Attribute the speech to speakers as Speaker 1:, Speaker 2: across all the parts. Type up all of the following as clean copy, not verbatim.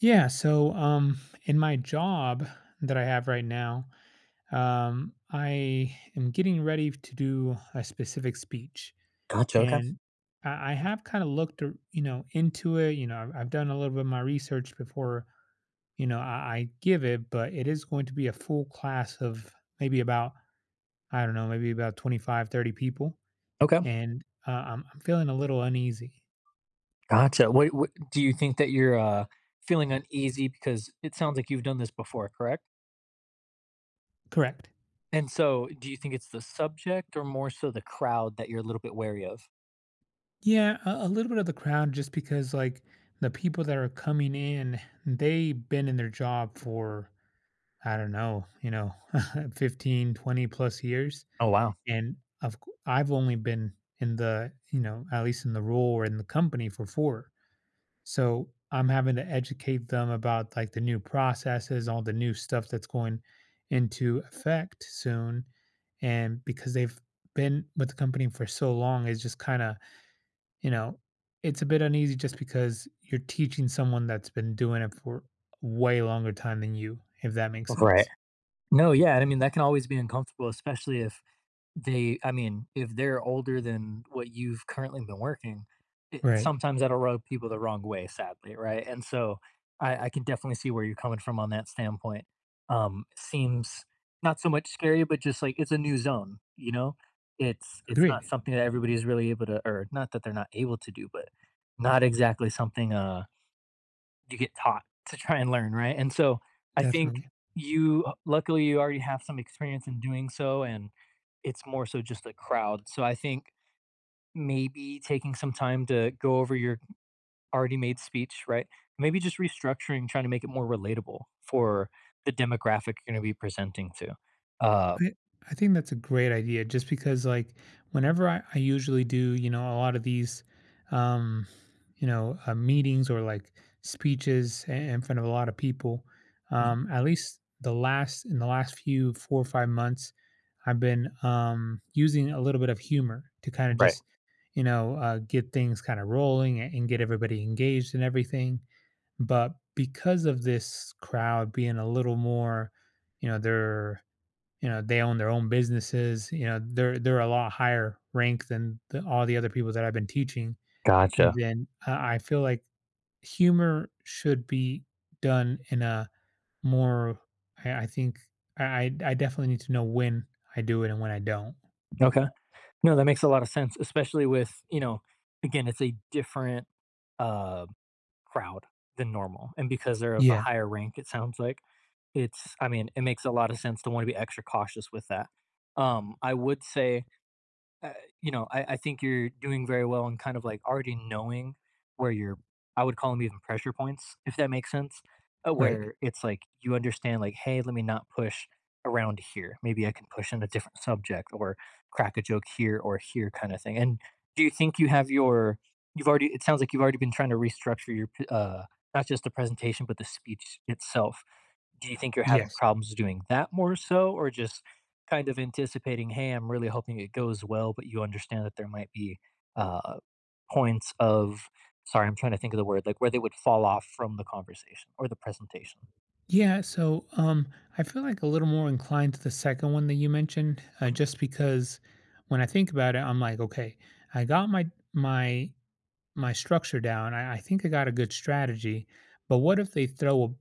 Speaker 1: Yeah, so um, in my job that I have right now, I am getting ready to do a specific speech,
Speaker 2: Gotcha, okay,
Speaker 1: and I have kind of looked into it. You know, I've done a little bit of my research before, you know, I give it, but it is going to be a full class of maybe about, I don't know, maybe about 25, 30 people,
Speaker 2: okay,
Speaker 1: and I'm feeling a little uneasy.
Speaker 2: gotcha. What do you think that you're, feeling uneasy because it sounds like you've done this before, correct?
Speaker 1: Correct.
Speaker 2: And so do you think it's the subject or more so the crowd that you're a little bit wary of?
Speaker 1: Yeah, a little bit of the crowd just because like the people that are coming in, they've been in their job for I don't know, you know, 15, 20 plus years
Speaker 2: Oh, wow.
Speaker 1: and I've only been in the, you know, at least in the role or in the company for 4. So, I'm having to educate them about like the new processes, all the new stuff that's going into effect soon and because they've been with the company for so long, it's just kind of you know, it's a bit uneasy just because you're teaching someone that's been doing it for way longer time than you, if that makes
Speaker 2: Right.
Speaker 1: sense.
Speaker 2: No, yeah, and I mean, that can always be uncomfortable, especially if They I mean, if they're older than what you've currently been working, it
Speaker 1: Right.
Speaker 2: sometimes that'll rub people the wrong way, sadly, right? And so, I can definitely see where you're coming from on that standpoint. Seems not so much scary, but just like it's a new zone, you know? It's not
Speaker 1: Agreed.
Speaker 2: something that everybody's really able to, or not that they're not able to do, but not exactly something, you get taught to try and learn, right? And so I think
Speaker 1: Definitely.
Speaker 2: you luckily you already have some experience in doing so, and it's more so just a crowd. So I think maybe taking some time to go over your already made speech, right? Maybe just restructuring, trying to make it more relatable for the demographic you're going to be presenting to. Uh,
Speaker 1: I I think that's a great idea just because like whenever I usually do, you know, a lot of these um meetings or like speeches in front of a lot of people,
Speaker 2: m-
Speaker 1: at least the last in the last few 4 or 5 months I've been using a little bit of humor to kind of
Speaker 2: right.
Speaker 1: just get things kind of rolling and get everybody engaged and everything. But because of this crowd being a little more, you know, they're you know, they own their own businesses, you know, they're a lot higher rank than the all the other people that I've been teaching,
Speaker 2: Gotcha.
Speaker 1: then I feel like humor should be done in a more I I think I definitely need to know when I do it and when I don't.
Speaker 2: Okay. No, that makes a lot of sense, especially with, you know, again, it's a different uh crowd than normal, and because they're of a
Speaker 1: Yeah,
Speaker 2: higher rank, it sounds like it's I mean, it makes a lot of sense to want to be extra cautious with that. I would say uh, you know, I think you're doing very well and kind of like already knowing where your I would call them even pressure points, if that makes sense,
Speaker 1: right.
Speaker 2: where it's like you understand, like, hey, let me not push around here. Maybe I can push in a different subject, or crack a joke here or here kind of thing. And do you think you have it sounds like you've already been trying to restructure your, not just the presentation, but the speech itself. Do you think you're having
Speaker 1: Yes.
Speaker 2: problems doing that more so, or just kind of anticipating, "Hey, I'm really hoping it goes well," but you understand that there might be uh, points of, sorry, I'm trying to think of the word, like where they would fall off from the conversation or the presentation.
Speaker 1: Yeah, so, um, I feel like a little more inclined to the second one that you mentioned,
Speaker 2: Mhm.
Speaker 1: just because when I think about it, I'm like, "Okay, I got my my structure down, I think I got a good strategy. But what if they throw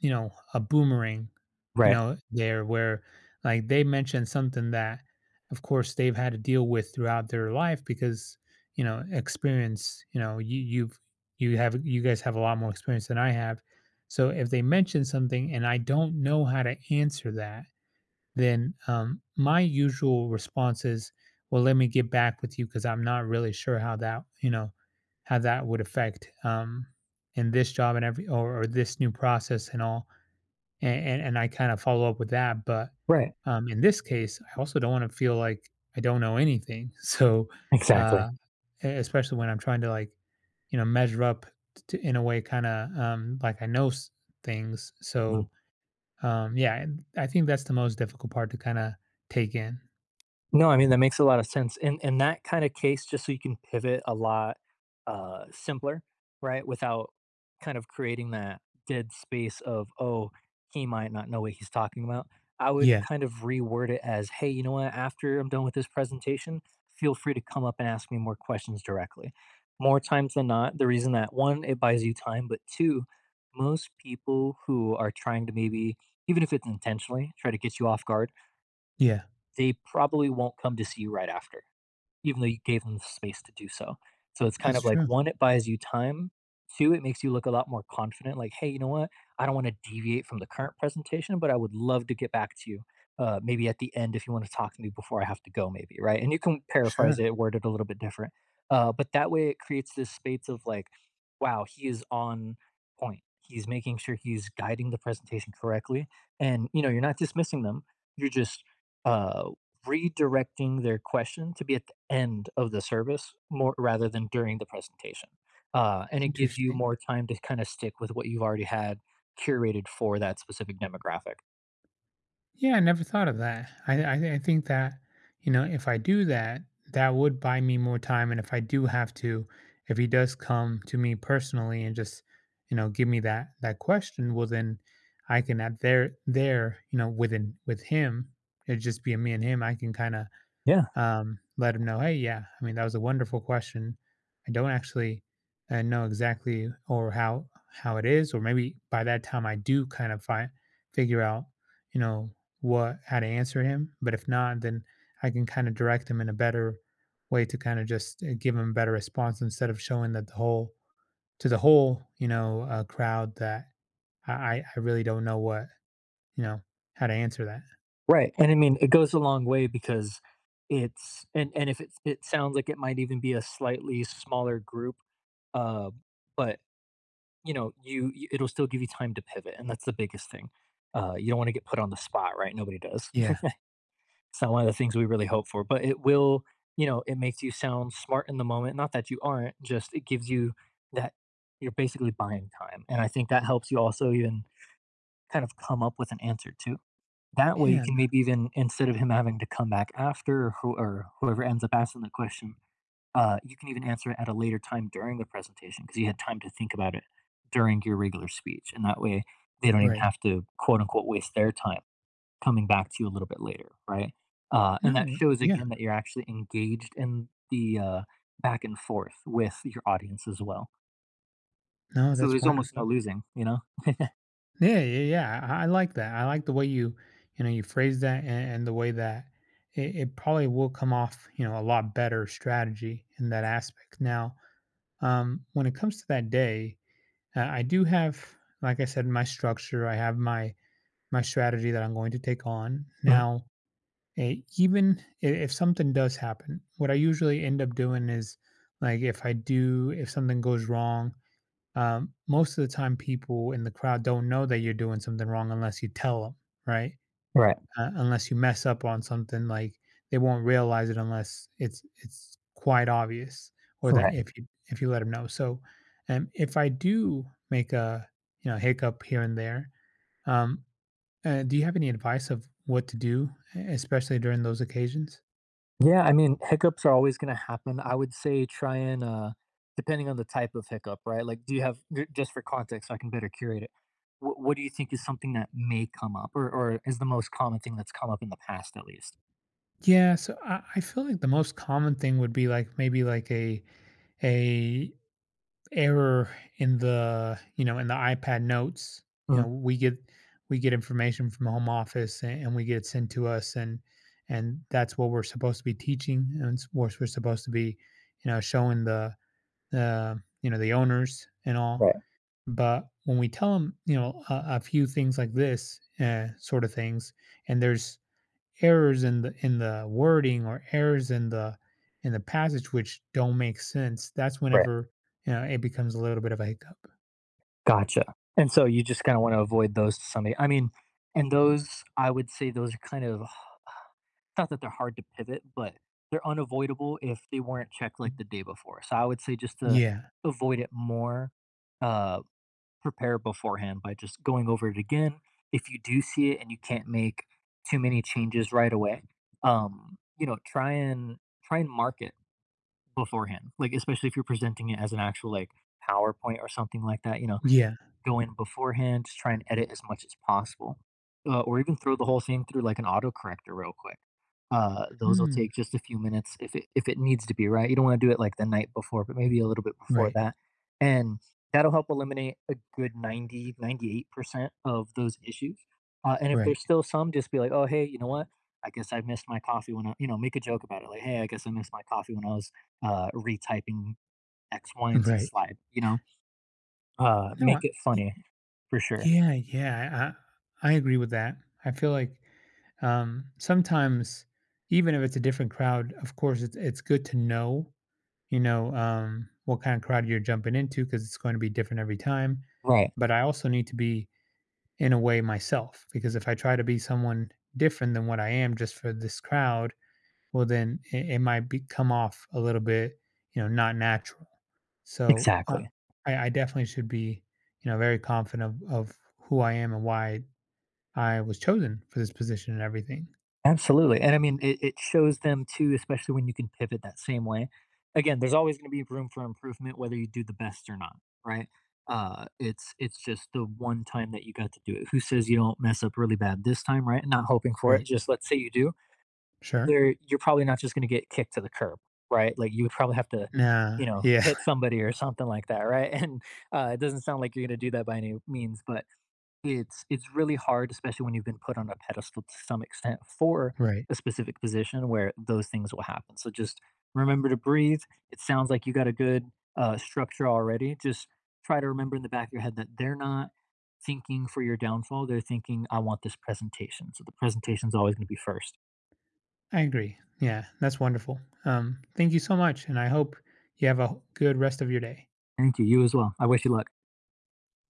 Speaker 1: you know, a boomerang, you
Speaker 2: Right,
Speaker 1: know, there where like they mentioned something that, of course, they've had to deal with throughout their life because, you know, experience, you know, you guys have a lot more experience than I have. So if they mention something and I don't know how to answer that, then my usual response is, well, let me get back with you because I'm not really sure how that, you know, how that would affect in this job and or this new process and all. And, I kind of follow up with that. But
Speaker 2: right,
Speaker 1: in this case, I also don't want to feel like I don't know anything. So, uh,
Speaker 2: exactly.
Speaker 1: especially when I'm trying to like, you know, measure up to, in a way, kind of like I know things. So, yeah, and I think that's the most difficult part to kinda take in.
Speaker 2: No, I mean, that makes a lot of sense. In that kinda case, just so you can pivot a lot, simpler, right? Without kind of creating that dead space of, "Oh, he might not know what he's talking about." I would
Speaker 1: Yeah,
Speaker 2: kind of reword it as, "Hey, you know what? After I'm done with this presentation, feel free to come up and ask me more questions directly." More times than not, the reason that, 1, it buys you time, but 2, most people who are trying to maybe, even if it's intentionally, try to get you off guard,
Speaker 1: yeah,
Speaker 2: they probably won't come to see you right after, even though you gave them the space to do so. So it's kind
Speaker 1: that's
Speaker 2: of like,
Speaker 1: true.
Speaker 2: one, it buys you time. Two, it makes you look a lot more confident. Like, hey, you know what? I don't want to deviate from the current presentation, but I would love to get back to you. Maybe at the end, if you want to talk to me before I have to go, maybe right. And you can paraphrase
Speaker 1: Sure,
Speaker 2: it, word it a little bit different. But that way, it creates this space of like, wow, he is on point. He's making sure he's guiding the presentation correctly, and you know, you're not dismissing them. You're just uh, redirecting their question to be at the end of the service more rather than during the presentation. And it gives you
Speaker 1: interesting.
Speaker 2: more time to kind of stick with what you've already had curated for that specific demographic.
Speaker 1: Yeah, I never thought of that. I think that, you know, if I do that, that would buy me more time, and if I do have to if he does come to me personally and just, you know, give me that question, well, then I can you know, with him, it'd just be a me and him, I can kinda
Speaker 2: Yeah,
Speaker 1: let him know, hey, yeah, I mean, that was a wonderful question. I don't actually know exactly or how it is, or maybe by that time I do kind of find figure out, you know, what how to answer him. But if not, then I can kind of direct him in a better way to kind of just give him a better response instead of showing that the whole to the whole, you know, crowd that I really don't know what you know how to answer that.
Speaker 2: right. And I mean, it goes a long way because it's and if it it sounds like it might even be a slightly smaller group, uh, but you know, it'll still give you time to pivot, and that's the biggest thing. You don't want to get put on the spot, right? Nobody does.
Speaker 1: Yeah.
Speaker 2: It's not one of the things we really hope for, but it will, you know, it makes you sound smart in the moment. Not that you aren't, just it gives you that you're basically buying time. And I think that helps you also, even kind of come up with an answer too. That way you
Speaker 1: Yeah.
Speaker 2: can, maybe even instead of him having to come back after, or whoever ends up asking the question, you can even answer it at a later time during the presentation because you had time to think about it during your regular speech. And that way they don't even
Speaker 1: Right.
Speaker 2: have to, quote unquote, waste their time coming back to you a little bit later, right? And that
Speaker 1: No.
Speaker 2: shows
Speaker 1: Yeah.
Speaker 2: again that you're actually engaged in the back and forth with your audience as well.
Speaker 1: No,
Speaker 2: So
Speaker 1: that's
Speaker 2: there's almost no
Speaker 1: wonderful.
Speaker 2: losing, you know?
Speaker 1: Yeah, yeah, yeah. I like that. I like the way you, you know, you phrase that and the way that it probably will come off, you know, a lot better strategy in that aspect. Now, when it comes to that day, I do have, like I said, my structure. I have my my strategy that I'm going to take on.
Speaker 2: Mm,
Speaker 1: Now, even if something does happen, what I usually end up doing is, like, if I do, if something goes wrong most of the time people in the crowd don't know that you're doing something wrong unless you tell them right
Speaker 2: right,
Speaker 1: unless you mess up on something like they won't realize it unless it's quite obvious or that
Speaker 2: right.
Speaker 1: if you let them know so if I do make a you know hiccup here and there um, do you have any advice of what to do especially during those occasions
Speaker 2: Yeah, I mean, hiccups are always going to happen. I would say try and, depending on the type of hiccup, right? Like, do you have, just for context, so I can better curate it, what do you think is something that may come up, or is the most common thing that's come up in the past at least?
Speaker 1: yeah so I feel like the most common thing would be like maybe like a error in the you know in the iPad notes. You know,
Speaker 2: Mm,
Speaker 1: we get information from the home office and, we get it sent to us, and that's what we're supposed to be teaching, and it's what we're supposed to be, you know, showing the you know the owners and all.
Speaker 2: right,
Speaker 1: But when we tell them, you know, a few things like this sort of things, and there's errors in the wording or errors in the passage which don't make sense, that's
Speaker 2: right.
Speaker 1: whenever, you know, it becomes a little bit of a hiccup.
Speaker 2: Gotcha. And so you just kinda wanna avoid those to some e I mean, and those, I would say those are kind of, not that they're hard to pivot, but they're unavoidable if they weren't checked, like, the day before. So I would say just to
Speaker 1: Yeah.
Speaker 2: avoid it more, uh, prepare beforehand by just going over it again. If you do see it and you can't make too many changes right away, you know, try and mark it beforehand, like, especially if you're presenting it as an actual, like, PowerPoint or something like that, you know?
Speaker 1: Yeah.
Speaker 2: Go in beforehand, just try and edit as much as possible, or even throw the whole thing through like an autocorrector real quick. Those will
Speaker 1: Mm.
Speaker 2: take just a few minutes if it needs to be right. You don't want to do it like the night before, but maybe a little bit before
Speaker 1: Right.
Speaker 2: that, and that'll help eliminate a good 90, 98% of those issues. And if
Speaker 1: Right.
Speaker 2: there's still some, just be like, "Oh, hey, you know what? I guess I missed my coffee when I..." You know, make a joke about it, like, "Hey, I guess I missed my coffee when I was retyping X Y and Z
Speaker 1: Right.
Speaker 2: slide, you know."
Speaker 1: No, I
Speaker 2: Make it
Speaker 1: y
Speaker 2: funny, for sure.
Speaker 1: yeah, yeah, I agree with that. I feel like, sometimes, even if it's a different crowd, of course, it's good to know, you know, what kind of crowd you're jumping into because it's gonna be different every time,
Speaker 2: Right.
Speaker 1: but I also need to be in a way myself because if I try to be someone different than what I am just for this crowd, well then it might be come off a little bit, you know, not natural. So
Speaker 2: Exactly.
Speaker 1: I definitely should be, you know, very confident of who I am and why I was chosen for this position and everything.
Speaker 2: Absolutely. And I mean, it shows them too, especially when you can pivot that same way. Again, there's always going to be room for improvement, whether you do the best or not, right? It's just the one time that you got to do it. Who says you don't mess up really bad this time, right? Not hoping for it.
Speaker 1: Right.
Speaker 2: Just let's say you do.
Speaker 1: Sure.
Speaker 2: There, you're probably not just going to get kicked to the curb, right? Like, you would probably have to,
Speaker 1: Nah.
Speaker 2: you know,
Speaker 1: Yeah.
Speaker 2: hit somebody or something like that, right? And it doesn't sound like you're going to do that by any means, but it's really hard, especially when you've been put on a pedestal to some extent for
Speaker 1: Right.
Speaker 2: a specific position where those things will happen. So just remember to breathe. It sounds like you got a good structure already. Just try to remember in the back of your head that they're not thinking for your downfall. They're thinking, I want this presentation. So the presentation's always going to be first.
Speaker 1: I agree. Yeah. That's wonderful. Thank you so much, and I hope you have a good rest of your day.
Speaker 2: Thank you. You as well. I wish you luck.